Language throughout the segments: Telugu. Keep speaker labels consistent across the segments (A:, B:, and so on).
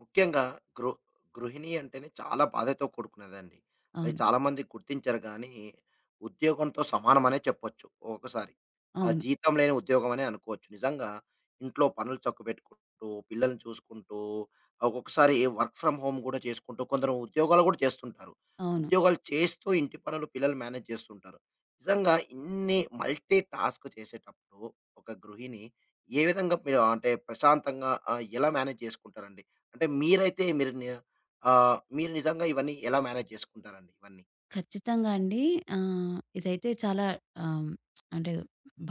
A: ముఖ్యంగా గృ గృహిణి అంటేనే చాలా బాధతో కూడుకున్నదండి. అది
B: అవును.
A: చాలామంది గుర్తించరు గానీ, ఉద్యోగంతో సమానమనే చెప్పొచ్చు ఒక్కొక్కసారి. ఆ
B: అవును.
A: జీతం లేని ఉద్యోగం అనే అనుకోవచ్చు. నిజంగా ఇంట్లో పనులు చక్కబెట్టుకుంటూ, పిల్లల్ని చూసుకుంటూ, ఒక్కొక్కసారి వర్క్ ఫ్రమ్ హోమ్ గూడా చేసుకుంటూ, కొందరు ఉద్యోగాలు గూడా చేస్తుంటారు.
B: అవును.
A: ఉద్యోగాలు చేస్తూ ఇంటి పనులు, పిల్లలు మేనేజ్ చేస్తుంటారు. నిజంగా ఇన్ని మల్టీ టాస్క్ చేసేటప్పుడు ఒక గృహిణి ఏ విధంగా మీరు అంటే ప్రశాంతంగా ఎలా మేనేజ్ చేసుకుంటారండి? అంటే మీరైతే మీరు ని ఆహ్, మీరు నిజంగా ఇవన్నీ ఎలా మేనేజ్ చేసుకుంటారండి ఇవన్నీ?
B: ఖచ్చితంగా అండి. ఇదైతే చాలా, ఆహ్, అంటే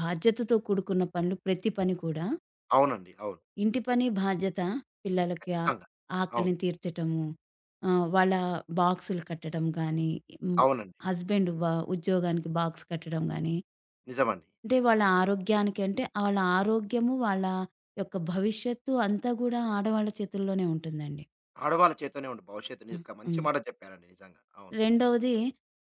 B: బాధ్యతతో కూడుకున్న పనులు, ప్రతి పని కూడా.
A: అవునండి. అవును.
B: ఇంటి పని బాధ్యత, పిల్లలకి
A: ఖచ్చితంగా. అవును.
B: ఆకలిని తీర్చటము, వాళ్ళ బాక్సులు కట్టడం గానీ, హ్మ్.
A: అవునండి.
B: హస్బెండ్ ఉద్యోగానికి బాక్స్ కట్టడం గానీ,
A: నిజమండి.
B: అంటే వాళ్ళ ఆరోగ్యము, వాళ్ళ యొక్క భవిష్యత్తు అంతా గూడా ఆడవాళ్ళ చేతుల్లోనే ఉంటుందండి.
A: ఆడవాళ్ళ చేత్తోనే ఉండే భవిష్యత్తు
B: ఆ!
A: ని ఒక మంచి
B: హ్మ్.
A: మాట చెప్పారండి నిజంగా. అవును.
B: రెండవది,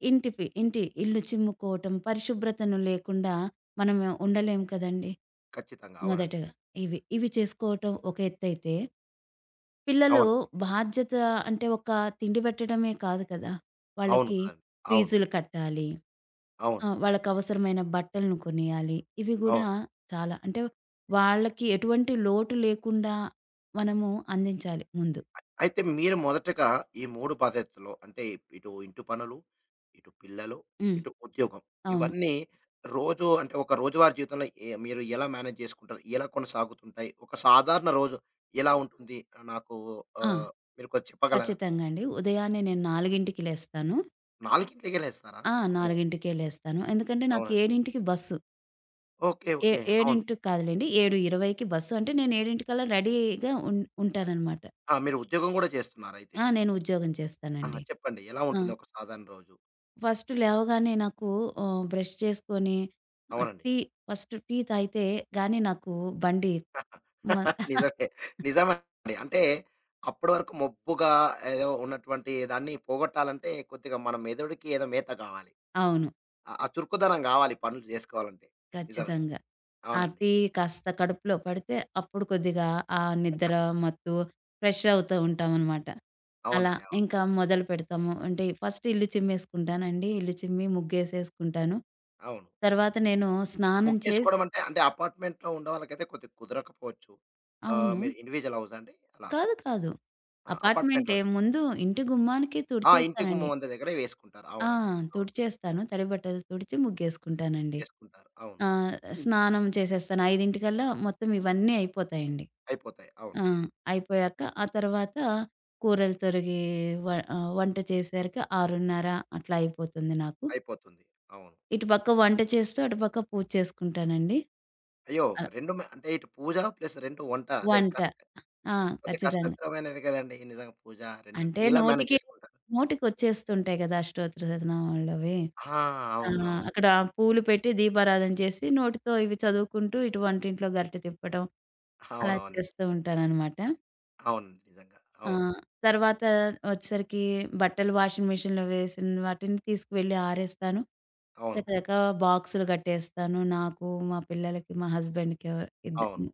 B: ఇంటిపి ఇంటి ఇల్లు చిమ్ముకోవటం, పరిశుభ్రతను లేకుండా మనం ఉండలేము కదండీ.
A: ఖచ్చితంగా. అవునండి.
B: మొదటగా ఇవి చేసుకోవటం ఒక ఎత్తైతే, పిల్లలు
A: అవును.
B: బాధ్యత అంటే ఒక తిండి పెట్టడమే కాదు కదా.
A: అవును
B: వాళ్ళకి
A: కదండీ. అవును.
B: ఫీజులు కట్టాలి.
A: అవును.
B: వాళ్ళకవసరమైన బట్టలను కొనియాలి. ఇవి
A: అవును.
B: గూడా చాలా, అంటే వాళ్ళకి ఎటువంటి లోటు లేకుండా మనము అందించాలి ముందు.
A: అయితే మీరు మొదటగా ఈ 3 బాధ్యతలు అంటే ఇటు ఇంటి పనులు, ఇటు పిల్లలు,
B: హ్మ్.
A: ఇటు ఉద్యోగం.
B: అవును.
A: ఇవన్నీ రోజు అంటే ఒక రోజువారీ జీవితంలో మీరు ఎలా మేనేజ్ చేసుకుంటారు? ఎలా కొనసాగుతుంటాయి? ఒక సాధారణ రోజు ఎలా ఉంటుంది? నాకు
B: ఆ!
A: ఆహ్, మీరు కొంచెం చెప్పగలరా?
B: ఖచ్చితంగా అండి. ఉదయాన్నే నేను 4కి లేస్తాను.
A: 4కి లేస్తారా? అమ్మో!
B: 4:00కే లేస్తాను. ఎందుకంటే నాకు
A: అవునండి.
B: 7:00కి బస్సు.
A: ఓకే. ఓకే. అవును.
B: 7:00కి కాదులెండి, 7:20కి బస్సు. అంటే నేను 7:00కల్లా రెడీగా ఉంటాననమాట.
A: ఆ! మీరు ఉద్యోగం గూడా చేస్తున్నారైతే.
B: నేను ఉద్యోగం
A: ఆహా!
B: చేస్తానండి.
A: చెప్పండి. ఎలా
B: ఆ!
A: ఉంటుంది ఒక సాధారణ రోజు?
B: ఫస్ట్ లేవగానే నాకు బ్రష్ చేసుకొని, ఆహ్,
A: అవునండి.
B: టీ ఫస్ట్ టీ తాగితే గానీ నాకు బండి మ
A: నిజమే. నిజమండి. అంటే అప్పటి వరకు మబ్బుగా ఏదో ఉన్నటువంటి దాన్ని పోగొట్టాలంటే కొద్దిగా మన మెదడుకి ఏదో మేత కావాలి.
B: అవును.
A: ఆ ఆ చురుకుదనం కావాలి పనులు చేసుకోవాలంటే. నిజమే.
B: ఖచ్చితంగా. ఆ
A: అవునండి.
B: టీ కాస్త కడుపులో పడితే, అప్పుడు కొద్దిగా ఆ నిద్ర మత్తు ఫ్రెష్ అవుతూ ఉంటామనమాట. అలా
A: అవునండి. అవును.
B: ఇంకా మొదలుపెడతాము. అంటే ఫస్ట్ ఇల్లు చిమ్మేసుకుంటానండి. ఇల్లు చిమ్మి ముగ్గేసేసుకుంటాను.
A: అవును.
B: తర్వాత నేను స్నానం చేసి.
A: ముగ్గేసుకోవడం అంటే, అంటే అపార్ట్‌మెంట్‌లో ఉండేవాళ్ళకైతే కొద్దిగా కుదరకపోవచ్చు.
B: అవును.
A: మీరు ఇండివిడ్యువల్ హౌసా అండి? అలా.
B: కాదు. కాదు.
A: ఆ!
B: అపార్ట్‌మెంటే.
A: అపార్ట్‌మెంట్‌లోనే.
B: ముందు ఇంటి గుమ్మానికి
A: ఆ! ఇంటి
B: తుడిచేస్తానండి.
A: గుమ్మం అంత దగ్గరే వేసుకుంటారు.
B: ఆ!
A: అవునండి. అవును.
B: తుడిచేస్తాను. తడి బట్టలు తుడిచి ముగ్గేసుకుంటానండి.
A: చేసుకుంటారు. అవును.
B: ఆహ్, స్నానం చేసేస్తాను. 5:00కల్లా మొత్తం ఇవన్నీ అయిపోతాయండి.
A: అయిపోతాయి. అవును.
B: ఆ! అయిపోయాక ఆ తర్వాత కూరలు తొరిగి, వ వంట చేసేసరికి 6:30 అట్లా అయిపోతుంది నాకు.
A: అయిపోతుంది. అవును.
B: ఇటుపక్క వంట చేస్తూ, అటుపక్క పూజ చేసుకుంటానండి.
A: అయ్యో!
B: అలా
A: 2 మ అంటే ఇటు పూజ ప్లస్ 2 వంట. రె
B: వంట.
A: కష్ట
B: ఆ!
A: కొద్దిగా
B: ఖచ్చితంగా.
A: కష్టతరమైనది కదండీ! నిజంగా పూజ రెండంటే
B: అంటే
A: ఎలా మేనేజ్ చేసుకుంటారు?
B: నోటికొచ్చేస్తుంటాయి గదా. అష్టోత్తర శతనామావళవి.
A: ఆ!
B: ఆ!
A: అవునవును.
B: అక్కడ పూలు పెట్టి దీపారాధన చేసి, నోటితో ఇవి చదువుకుంటూ, ఇటు వంటింట్లో గరిటె తిప్పడం అలా
A: అవునవును.
B: చేస్తూ ఉంటాననమాట.
A: అవును. నిజంగా.
B: ఆ!
A: అవును.
B: తర్వాత వచ్చేసరికి బట్టలు వాషింగ్ మిషన్‌లో వేసిన వాటిని తీసుకువెళ్ళి ఆరేస్తాను.
A: అవును.
B: చకచకా బాక్సులు కట్టేస్తాను. నాకు, మా పిల్లలకి, మా హస్బెండ్‌కి ఎవ ఇద్ద
A: అవును.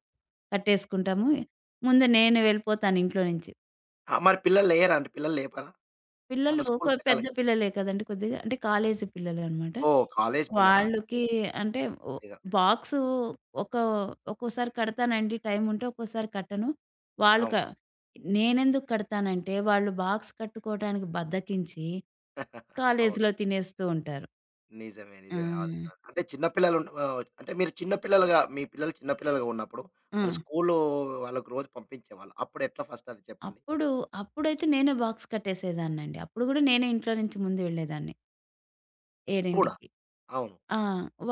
B: కట్టేసుకుంటాము. ముందు నేను వెళ్ళిపోతాను ఇంట్లో నుంచి.
A: ఆ! మరి పిల్లలు లేరా అండి? పిల్లలు లేపరా?
B: పిల్లలు
A: వాళ్ళు స్కూల్‌కెళ్ళాలి.
B: పెద్ద పిల్లలే కదండీ కొద్దిగా. అంటే కాలేజీ పిల్లలనమాట.
A: ఓహ్! కాలేజ్ పిల్లలా?
B: వాళ్ళకి అంటే ఒ
A: నిజం.
B: బాక్సు ఒక ఒక్కోసారి కడతానండి టైముంటే, ఒక్కోసారి కట్టను. వాళ్ళు క
A: అవును.
B: నేనెందుకు కడతానంటే, వాళ్ళు బాక్స్ కట్టుకోవడానికి బద్ధకించి
A: అవును.
B: కాలేజీలో తినేస్తూ ఉంటారు.
A: నిజమే.
B: ఆ!
A: నిజమే. అది. అంటే చిన్న పిల్లలు ఉన్న ఆహ్, అంటే మీరు చిన్న పిల్లలుగా మీ పిల్లలు చిన్న పిల్లలుగా ఉన్నప్పుడు
B: ఆ!
A: మరి స్కూలు వాళ్ళకి రోజు పంపించేవాళ్ళు. అప్పుడెట్లా ఫస్ట్ అది చెప్పండి?
B: అప్పుడు అప్పుడైతే నేనే బాక్స్ కట్టేసేదాన్నండి. అప్పుడు గూడా నేనే ఇంట్లో నుంచి ముందు వెళ్ళేదాన్ని 7కి.
A: కూడా. అవును.
B: ఆ!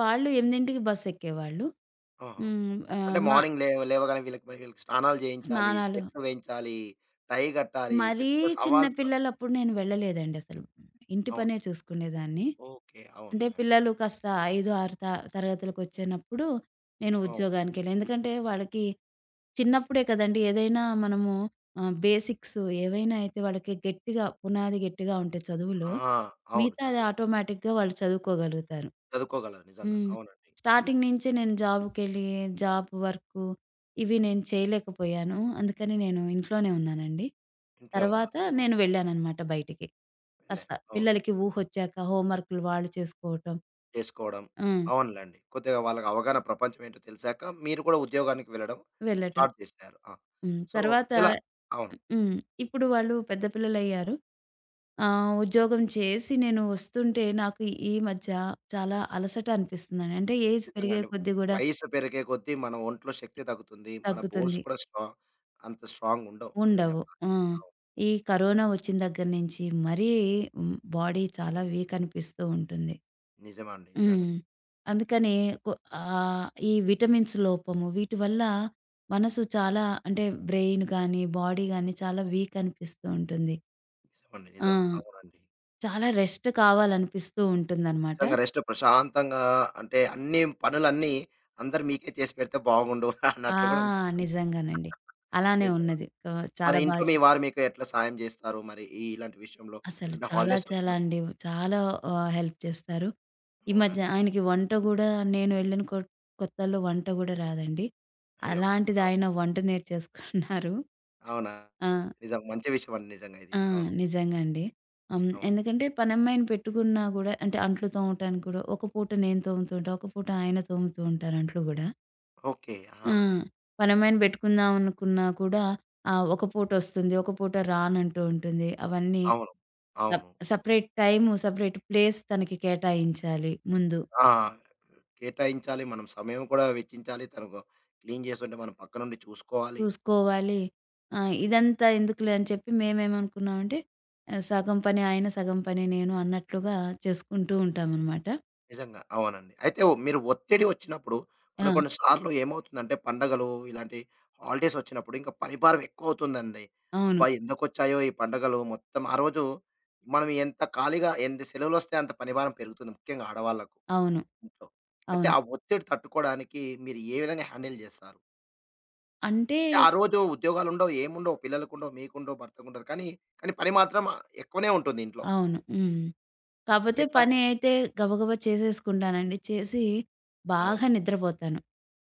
B: వాళ్ళు 8కి బస్సెక్కేవాళ్ళు.
A: ఆహా!
B: హ్మ్. ఆహ్,
A: అంటే
B: మా
A: మార్నింగ్ లేవగానే వీళ్ళకి స్నానాలు చేయించాలి,
B: స్నానాలు
A: షర్ట్లు వేయించాలి, టై కట్టాలి.
B: మరీ
A: పెద్ద
B: చిన్న
A: సవాల్‌తో
B: పిల్లలప్పుడు నేను వెళ్ళలేదండి అసలు. ఇంటి
A: అవును.
B: పనే చూసుకునేదాన్ని.
A: ఓకే. అవును.
B: అంటే
A: యాహ్!
B: పిల్లలు కాస్త 5, 6 తరగతులకొచ్చేనప్పుడు నేను
A: అవును.
B: ఉద్యోగానికెళ్ళా. ఎందుకంటే వాళ్ళకి చిన్నప్పుడే కదండీ ఏదైనా మనము బేసిక్స్ ఏవైనా అయితే వాళ్ళకి పునాది గట్టిగా ఉంటే చదువులో,
A: ఆ! అవును.
B: మిగతాది
A: చదివినం.
B: ఆటోమేటిక్‌గా వాళ్ళు చదువుకోగలుగుతారు.
A: చదువుకోగలరు నిజంగా.
B: హ్మ్.
A: అవునండి.
B: స్టార్టింగ్ నుంచి నేను జాబ్‌కెళ్ళి, జాబ్ వర్కు ఇవి నేను చేయలేకపోయాను. అందుకని నేను ఇంట్లోనే ఉన్నానండి.
A: ఇంట్లో ఉన్నారు.
B: తర్వాత
A: అవును.
B: నేను వెళ్ళాననమాట బయటికి. కాస్త
A: వెళ్లారు. అవును.
B: పిల్లలకి ఊహొచ్చాక హోంవర్కులు వాళ్ళు చేసుకోవటం.
A: చేసుకోవడం.
B: హ్మ్.
A: అవునులెండి. కొద్దిగా వాళ్ళకి అవగాహన ప్రపంచం ఏంటో తెలిసాక మీరు కూడా ఉద్యోగానికి వెళ్ళడం
B: వెళ్ళటం.
A: స్టార్ట్ చేసారు. ఆ! సో,
B: తర్వాత.
A: ఇలా అవును.
B: హ్మ్. ఇప్పుడు వాళ్ళు పెద్ద పిల్లలయ్యారు. ఉద్యోగం చేసి నేను వస్తుంటే నాకు ఈ మధ్య చాలా అలసట అనిపిస్తుందండి. అంటే ఏజ్
A: నిజంగా
B: పెరిగే
A: అండి.
B: కొద్దీ గూడా
A: వయసు పెరిగే కొద్దీ మన ఒంట్లో శక్తి తగ్గుతుంది. మన బోన్స్
B: తగ్గుతుంది.
A: కూడా అంత స్ట్రాంగ్ ఉండవు నిజం
B: ఉండవు.
A: చెప్పాలంటే.
B: ఆ! ఈ కరోనా వచ్చిన దగ్గర నుంచి మరీ, బాడీ చాలా వీక్ అనిపిస్తూ ఉంటుంది.
A: నిజమండి. నిజంగా.
B: హ్మ్. అందుకని కొ ఈ విటమిన్స్ లోపము వీటి వల్ల మనసు చాలా, అంటే బ్రెయిన్ గానీ, బాడీ గానీ చాలా వీక్ అనిపిస్తూ ఉంటుంది.
A: నిజమండి.
B: ఆ!
A: నిజం. అవునండి.
B: చాలా రెస్ట్ కావాలనిపిస్తూ ఉంటుందనమాట.
A: నిజంగా రెస్ట్ ప్రశాంతంగా అంటే అన్ని పనులన్నీ అందరూ మీకే చేసి పెడితే బాగుండు
B: ఆ!
A: అన్నట్లు కూడా అనిపిస్తుంది.
B: నిజంగానండి. అలానే
A: నిజమే.
B: ఉన్నది.
A: మరి
B: చాలా
A: ఇంట్లో మీ
B: చెప్పారు.
A: వారు మీకు ఎట్లా సాయం జేస్తారు? మరి ఈ ఇలాంటి విషయంలో
B: అసలు
A: అంటే
B: చాలా
A: హాలిడేస్
B: చాలా
A: వచ్చినప్పుడు
B: అండి. చాలా హెల్ప్ చేస్తారు. ఈ మధ్య
A: అవునండి.
B: ఆయనకి వంట గూడా నేను వెళ్ళిన కొత్తల్లో వంట గూడా రాదండి.
A: అయ్యో!
B: అలాంటిది
A: అవ్
B: ఆయన వంట నేర్చేసుకున్నారు.
A: అవునా?
B: ఆ!
A: నిజం. మంచి విషయం అండి నిజంగా ఇది.
B: ఆ!
A: అవును.
B: నిజంగా అండి. హ్మ్.
A: అవును.
B: ఎందుకంటే పనమ్మాయిని పెట్టుకున్నా గూడా అంటే అంట్లు తోమటానికి గూడా ఒక పూట నేను తోముతూ ఉంటా. ఒక పూట ఆయన తోముతూ ఉంటారు అంట్లు గూడా.
A: ఓకే. ఆ!
B: ఆ! పనమ్మాయిని పెట్టుకుందాం అనుకున్నా కూడా ఒక పూటొస్తుంది. ఒక పూట రానంటూ ఉంటుంది. అవన్నీ
A: అవును. అవును.
B: సెపరేట్ టైము, సెపరేట్ ప్లేస్ తనకి కేటాయించాలి ముందు.
A: ఆ! కేటాయించాలి. మనం సమయం కూడా వెచ్చించాలి. తను క్లీన్ చేస్తుంటే మనం పక్కనుండి చూసుకోవాలి.
B: చూసుకోవాలి. ఆ! ఇదంతా ఎందుకులే అని చెప్పి మేమేమనుకున్నామంటే, సగం పని ఆయన, సగం పని నేను అన్నట్లుగా చేసుకుంటూ ఉంటామనమాట.
A: నిజంగా. అవునండి. అయితే మీరు ఒత్తిడి వచ్చినప్పుడు
B: ఆ!
A: కొన్ని కొన్ని సార్లు ఏమవుతుందంటే పండగలు ఇలాంటి హాలిడేస్ వచ్చినప్పుడు ఇంకా పని భారం ఎక్కువవుతుందండి.
B: అవును.
A: అబ్బా! ఎందుకొచ్చాయో ఈ పండగలు మొత్తం ఆ రోజు మనం ఎంత ఖాళీగా ఎంత సెలవులొస్తే అంత పని భారం పెరుగుతుంది. ముఖ్యంగా ఆడవాళ్ళకు
B: అవును.
A: ఇంట్లో. అయితే
B: అవును.
A: ఆ ఒత్తిడి తట్టుకోవడానికి మీరు ఏ విధంగా హ్యాండిల్ జేస్తారు?
B: అంటే
A: అంటే ఆ రోజు ఉద్యోగాలుండవు, ఏముండవు, పిల్లలకుండవు, మీకుండవు, భర్తకుండదు. కానీ కానీ పని మాత్రం ఎక్కువనే ఉంటుంది ఇంట్లో.
B: అవును. హ్మ్. కాపోతే
A: ఎట్లా?
B: పని అయితే గబగబా చేసేసుకుంటానండి. చేసి
A: అవును.
B: బాగా నిద్రపోతాను.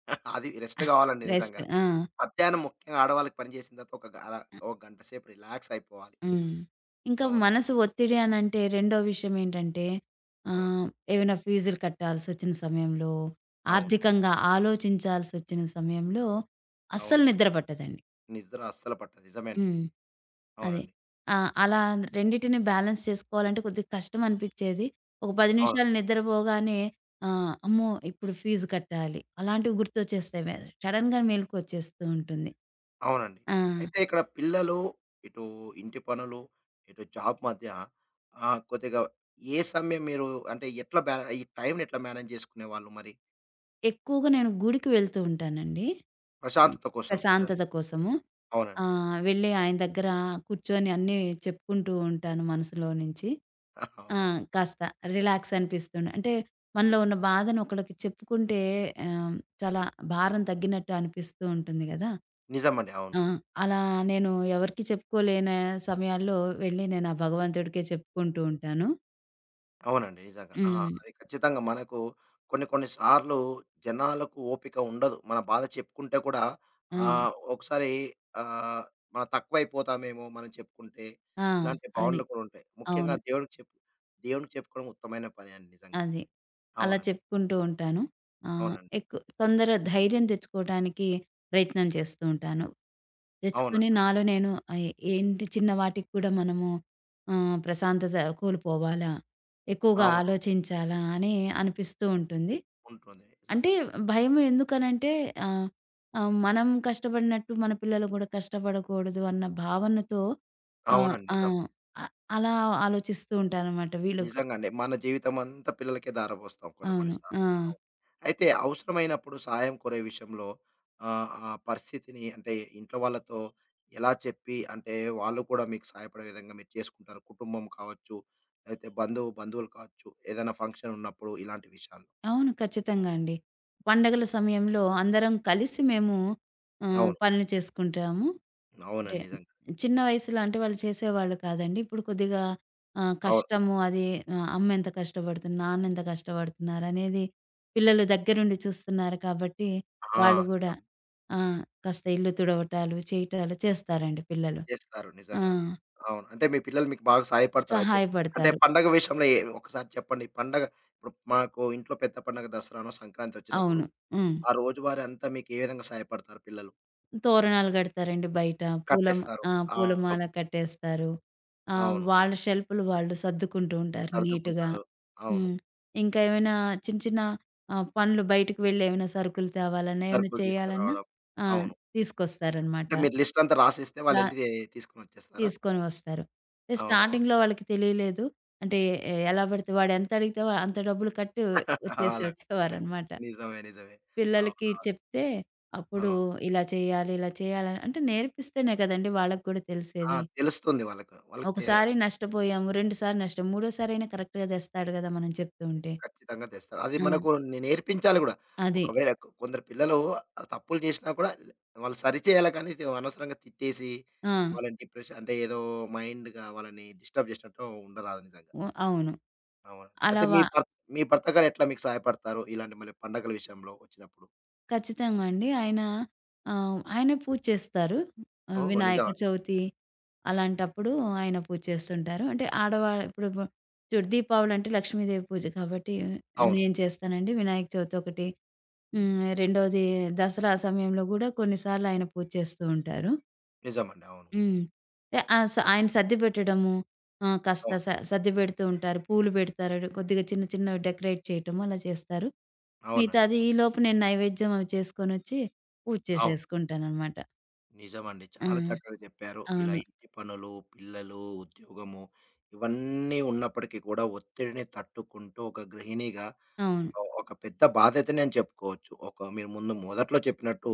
A: అది రెస్ట్ గావాలండి నిజంగా.
B: రెస్ట్. ఆ!
A: మధ్యాహ్నం ముఖ్యంగా ఆడవాళ్ళకి పని చేసిన తర్వాత ఒక గ అలా ఒక గంట సేపు రిలాక్స్ అయిపోవాలి.
B: హ్మ్. ఇంకా
A: అవునండి.
B: మనసు ఒత్తిడి అనంటే, రెండో విషయం ఏంటంటే, ఆహ్,
A: అవునండి.
B: ఏవైనా ఫీజులు కట్టాల్సొచ్చిన సమయంలో,
A: అవును.
B: ఆర్థికంగా ఆలోచించాల్సొచ్చిన సమయంలో అస్సలు
A: అవునండి.
B: నిద్ర పట్టదండి.
A: నిద్ర అస్సలు పట్టదు. నిజమే అండి.
B: హ్మ్. అదే.
A: అవునండి.
B: ఆ! అలా రెండిటిని బ్యాలెన్స్ చేసుకోవాలంటే కొద్దిగా కష్టం అనిపిచ్చేది. ఒక 10
A: అవును.
B: నిమిషాలు నిద్రపోగానే అమ్మో, ఇప్పుడు ఫీజు కట్టాలి. అలాంటివి గుర్తొచ్చేస్తాయి. సడెన్‌గా మేలుకొచ్చేస్తూ ఉంటుంది.
A: అవునండి.
B: ఆ!
A: అయితే ఇక్కడ పిల్లలు, ఇటు ఇంటి పనులు, ఇటు జాబ్ మధ్య కొద్దిగా సమయం మీరు అంటే ఎట్లా బ్యాల ఈ టైమ్‌ని ఎట్లా మేనేజ్ చేసుకునేవాళ్ళు మరి?
B: ఎక్కువగా నేను గుడికి వెళ్తూ ఉంటానండి.
A: ప్రశాంతత కోసం నిజంగా.
B: ప్రశాంతత కోసము. ఆ!
A: అవునండి.
B: వెళ్ళి ఆయన దగ్గర కూర్చొని అన్నీ చెప్పుకుంటూ ఉంటాను మనసులో నుంచి. ఆ!
A: అవును.
B: కాస్త రిలాక్స్ అనిపిస్తుంది. అంటే మనలో ఉన్న బాధను ఒకళ్ళకి చెప్పుకుంటే, ఆహ్, చాలా భారం తగ్గినట్టు అనిపిస్తూ ఉంటుంది గదా.
A: నిజమండి. అవును.
B: ఆ! అలా నేను ఎవరికీ చెప్పుకోలేని సమయాల్లో వెళ్ళి నేను ఆ భగవంతుడికే చెప్పుకుంటూ ఉంటాను.
A: అవునండి. నిజంగా. ఆహా!
B: హ్మ్.
A: అది ఖచ్చితంగా మనకు కొన్ని కొన్ని సార్లు జనాలకు ఓపిక ఉండదు. మన బాధ చెప్పుకుంటే కూడా
B: ఆ!
A: ఒకసారి ఆహ్, మనం తక్కువైపోతామేమో మనం చెప్పుకుంటే.
B: ఆ!
A: ఇలాంటి
B: అది.
A: భావనలు కూడా ఉంటాయి. ముఖ్యంగా
B: అవును.
A: దేవుడికి చెప్పు దేవునికి చెప్పుకోవడం ఉత్తమైన పని అండి నిజంగా.
B: అది. అలా
A: అవునండి.
B: చెప్పుకుంటూ ఉంటాను. ఆహ్,
A: అవునండి.
B: ఎక్కు తొందర ధైర్యం తెచ్చుకోవటానికి ప్రయత్నం చేస్తూ ఉంటాను. తెచ్చుకొని
A: అవునండి.
B: నాలో నేను, ఏంటి, చిన్న వాటికి కూడా మనము ప్రశాంతత కోల్పోవాలా? ఎక్కువగా
A: అవును.
B: ఆలోచించాలా? అని అనిపిస్తూ ఉంటుంది.
A: ఉంటుంది
B: అంటే
A: నిజంగా.
B: భయం ఎందుకనంటే, ఆహ్, ఆహ్, మనం కష్టపడినట్టు మన పిల్లలు కూడా కష్టపడకూడదు అన్న భావనతో, ఆహ్,
A: అవునండి.
B: ఆ!
A: నిజం.
B: అ అలా ఆలోచిస్తూ ఉంటాననమాట వీళ్ళకు.
A: నిజంగండి. మన జీవితమంతా పిల్లలకే దారపోస్తాం కొన్ని కొన్ని
B: అవును. ఆ!
A: సార్లు. అవును. అయితే అవసరమైనప్పుడు సహాయం కోరే విషయంలో ఆ పరిస్థితిని అంటే ఇంట్లో వాళ్ళతో ఎలా చెప్పి అంటే వాళ్ళు కూడా మీకు సహాయపడే విధంగా మీరు చేసుకుంటారు? కుటుంబం కావచ్చు, లేతే బంధువులు కావచ్చు, ఏదైనా ఫంక్షన్ ఉన్నప్పుడు ఇలాంటి విషయాల్లో.
B: అవును. ఖచ్చితంగా అండి. పండగల సమయంలో అందరం కలిసి మేము
A: అవును.
B: పనులు చేసుకుంటాము. అంటే
A: అవునండి. నిజంగా.
B: చిన్న వయసులో అంటే వాళ్ళు చేసేవాళ్ళు కాదండి. ఇప్పుడు కొద్దిగా
A: అవును.
B: కష్టము అది, అమ్మెంత కష్టపడుతుంది, నాన్నెంత కష్టపడుతున్నారనేది పిల్లలు దగ్గరుండి చూస్తున్నారు కాబట్టి,
A: ఆ!
B: వాళ్ళు గూడా
A: నిజం.
B: ఆ! కాస్త ఇల్లు తుడవటాలు, చేయటాలు చేస్తారండి పిల్లలు.
A: చేస్తారు.
B: ఆ!
A: నిజంగా అండి. అవును. అంటే మీ పిల్లలు మీకు బాగా సహాయపడతారయితే. అంటే
B: సహాయపడతారు.
A: పండగ విషయంలో ఒకసారి చెప్పండి. పండగ ఇప్పుడు మాకు ఇంట్లో పెద్ద పండగ దసరానో, సంక్రాంతి వచ్చినప్పుడు
B: అవును. హ్మ్.
A: ఆ రోజువారీ అంతా మీకు ఏ విధంగా సహాయపడతారు పిల్లలు?
B: తోరణాలు గడతారండి బయట. పూలమ
A: కట్టేస్తారు.
B: ఆ!
A: అవును.
B: పూలమాల కట్టేస్తారు.
A: అవును.
B: వాళ్ళ షెల్ఫ్‌లు వాళ్ళు సర్దుకుంటూ ఉంటారు నీట్‌గా.
A: సర్దుకుంటారు. అవును.
B: హ్మ్. ఇంకా ఏమైనా చిన్న చిన్న పనులు బయటకి వెళ్లి ఏమైనా సరుకులు తేవాలన్నా, ఏమైనా
A: సరుకులు
B: చేయాలన్నా,
A: తీసుకురావడం.
B: ఆ!
A: అవును.
B: తీసుకొస్తారనమాట.
A: అంటే మీరు లిస్ట్ అంతా రాసిస్తే
B: రా
A: వాళ్ళెళ్ళి తీసుకొని వచ్చేస్తారా?
B: తీసుకొని వస్తారు. అంటే
A: అవునవును.
B: స్టార్టింగ్‌లో వాళ్ళకి తెలియలేదు. అంటే ఎలా పడితే వాడు ఎంత అడిగితే అంత డబ్బులు కట్టి
A: అలా
B: వచ్చేవారనమాట.
A: నిజమే. నిజమే.
B: పిల్లలకి
A: అవునవును.
B: చెప్తే అప్పుడు
A: అవును. అవును.
B: ఇలా చేయాలి, ఇలా చేయాలి అంటే నేర్పిస్తేనే కదండీ వాళ్ళకి కూడా
A: ఆ!
B: తెలిసేది.
A: తెలుస్తుంది వాళ్ళకు. వాళ్ళకి తె
B: ఒకసారి నష్టపోయాము, రెండుసార్లు నష్టం, మూడోసారి అయినా కరెక్ట్‌గా తెస్తాడు కదా. మనం చెప్తూ ఉంటే.
A: ఖచ్చితంగా తెస్తారు. అది
B: ఆ!
A: మనకు నేర్పించాలి గూడా.
B: అది.
A: ఒకవేళ కొందరు పిల్లలు తప్పులు చేసినా కూడా వాళ్ళు సరిచేయాలి కానీ ఇది అనవసరంగా తిట్టేసి,
B: ఆ!
A: వాళ్ళని డిప్రెషన్ అంటే ఏదో మైండ్‌గా వాళ్ళని డిస్టర్బ్ చేసినట్టు ఉండరాదు నిజంగా.
B: ఓ అవును.
A: అవునండి. అయితే
B: అలా వ
A: మీ భర్త గారు ఎట్లా మీకు సహాయపడతారు? ఇలాంటి మళ్ళీ పండగల విషయంలో వచ్చినప్పుడు?
B: ఖచ్చితంగా అండి. ఆయనే పూజ చేస్తారు.
A: ఓహ్!
B: వినాయక
A: నిజమా?
B: చవితి అలాంటప్పుడు ఆయన పూజ చేస్తుంటారు. అంటే ఆడవాళ్ళు ఇప్పుడు చూడు, దీపావళి అంటే లక్ష్మీదేవి పూజ కాబట్టి
A: అవును.
B: నేను చేస్తానండి. వినాయక చవితి ఒకటి. రెండోది దసరా సమయంలో గూడా కొన్నిసార్లు ఆయన పూజ చేస్తూ ఉంటారు.
A: నిజమండి. అవును.
B: హ్మ్. ఎ ఆ! స ఆయన సర్ది పెట్టడము, కాస్త
A: అవును.
B: సర్ది పెడుతూ ఉంటారు. పూలు పెడతారు. కొద్దిగా చిన్న చిన్నవి డెకరేట్ చేయటము అలా చేస్తారు.
A: అవునండి.
B: మిగతాది ఈలోపు నేను నైవేద్యం అవి చేసుకొనొచ్చి పూజ
A: అవును.
B: చేసేసుకుంటాననమాట.
A: నిజమండి.
B: ఆ!
A: చాలా చక్కగా చెప్పారు. ఇలా
B: అవును.
A: ఇంటి పనులు, పిల్లలు, ఉద్యోగము ఇవన్నీ ఉన్నప్పటికీ కూడా ఒత్తిడిని తట్టుకుంటూ ఒక గృహిణిగా
B: అవును.
A: ఒక పెద్ద బాధ్యతనే అని చెప్పుకోవచ్చు. ఒక మీరు ముందు మొదట్లో చెప్పినట్టు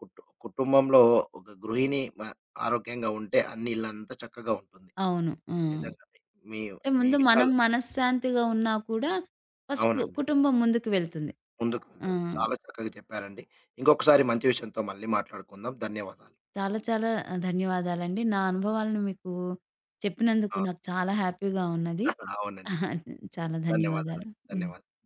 A: కుటుంబంలో ఒక గృహిణి మ ఆరోగ్యంగా ఉంటే అన్ని ఇల్లంతా చక్కగా ఉంటుంది.
B: అవును.
A: నిజంగానే. మీ
B: అంటే
A: మీ
B: ముందు మనం
A: విషయాలు
B: మనశ్శాంతిగా ఉన్నా కూడా, ఫస్టు
A: అవునండి.
B: కుటుంబం ముందుకు వెళ్తుంది.
A: ముందుకు
B: ఆ!
A: వెళ్తది. చాలా చక్కగా చెప్పారండి. ఇంకొకసారి మంచి విషయంతో మళ్ళీ మాట్లాడుకుందాం. ధన్యవాదాలు.
B: చాలా చాలా ధన్యవాదాలండి. నా అనుభవాలను మీకు చెప్పినందుకు నాకు
A: అవును.
B: చాలా హ్యాపీగా ఉన్నది.
A: అవునండి.
B: చాలా
A: ధన్యవాదాలు.
B: ధన్యవాదాలు. హ్మ్.
A: ధన్యవాదాలు.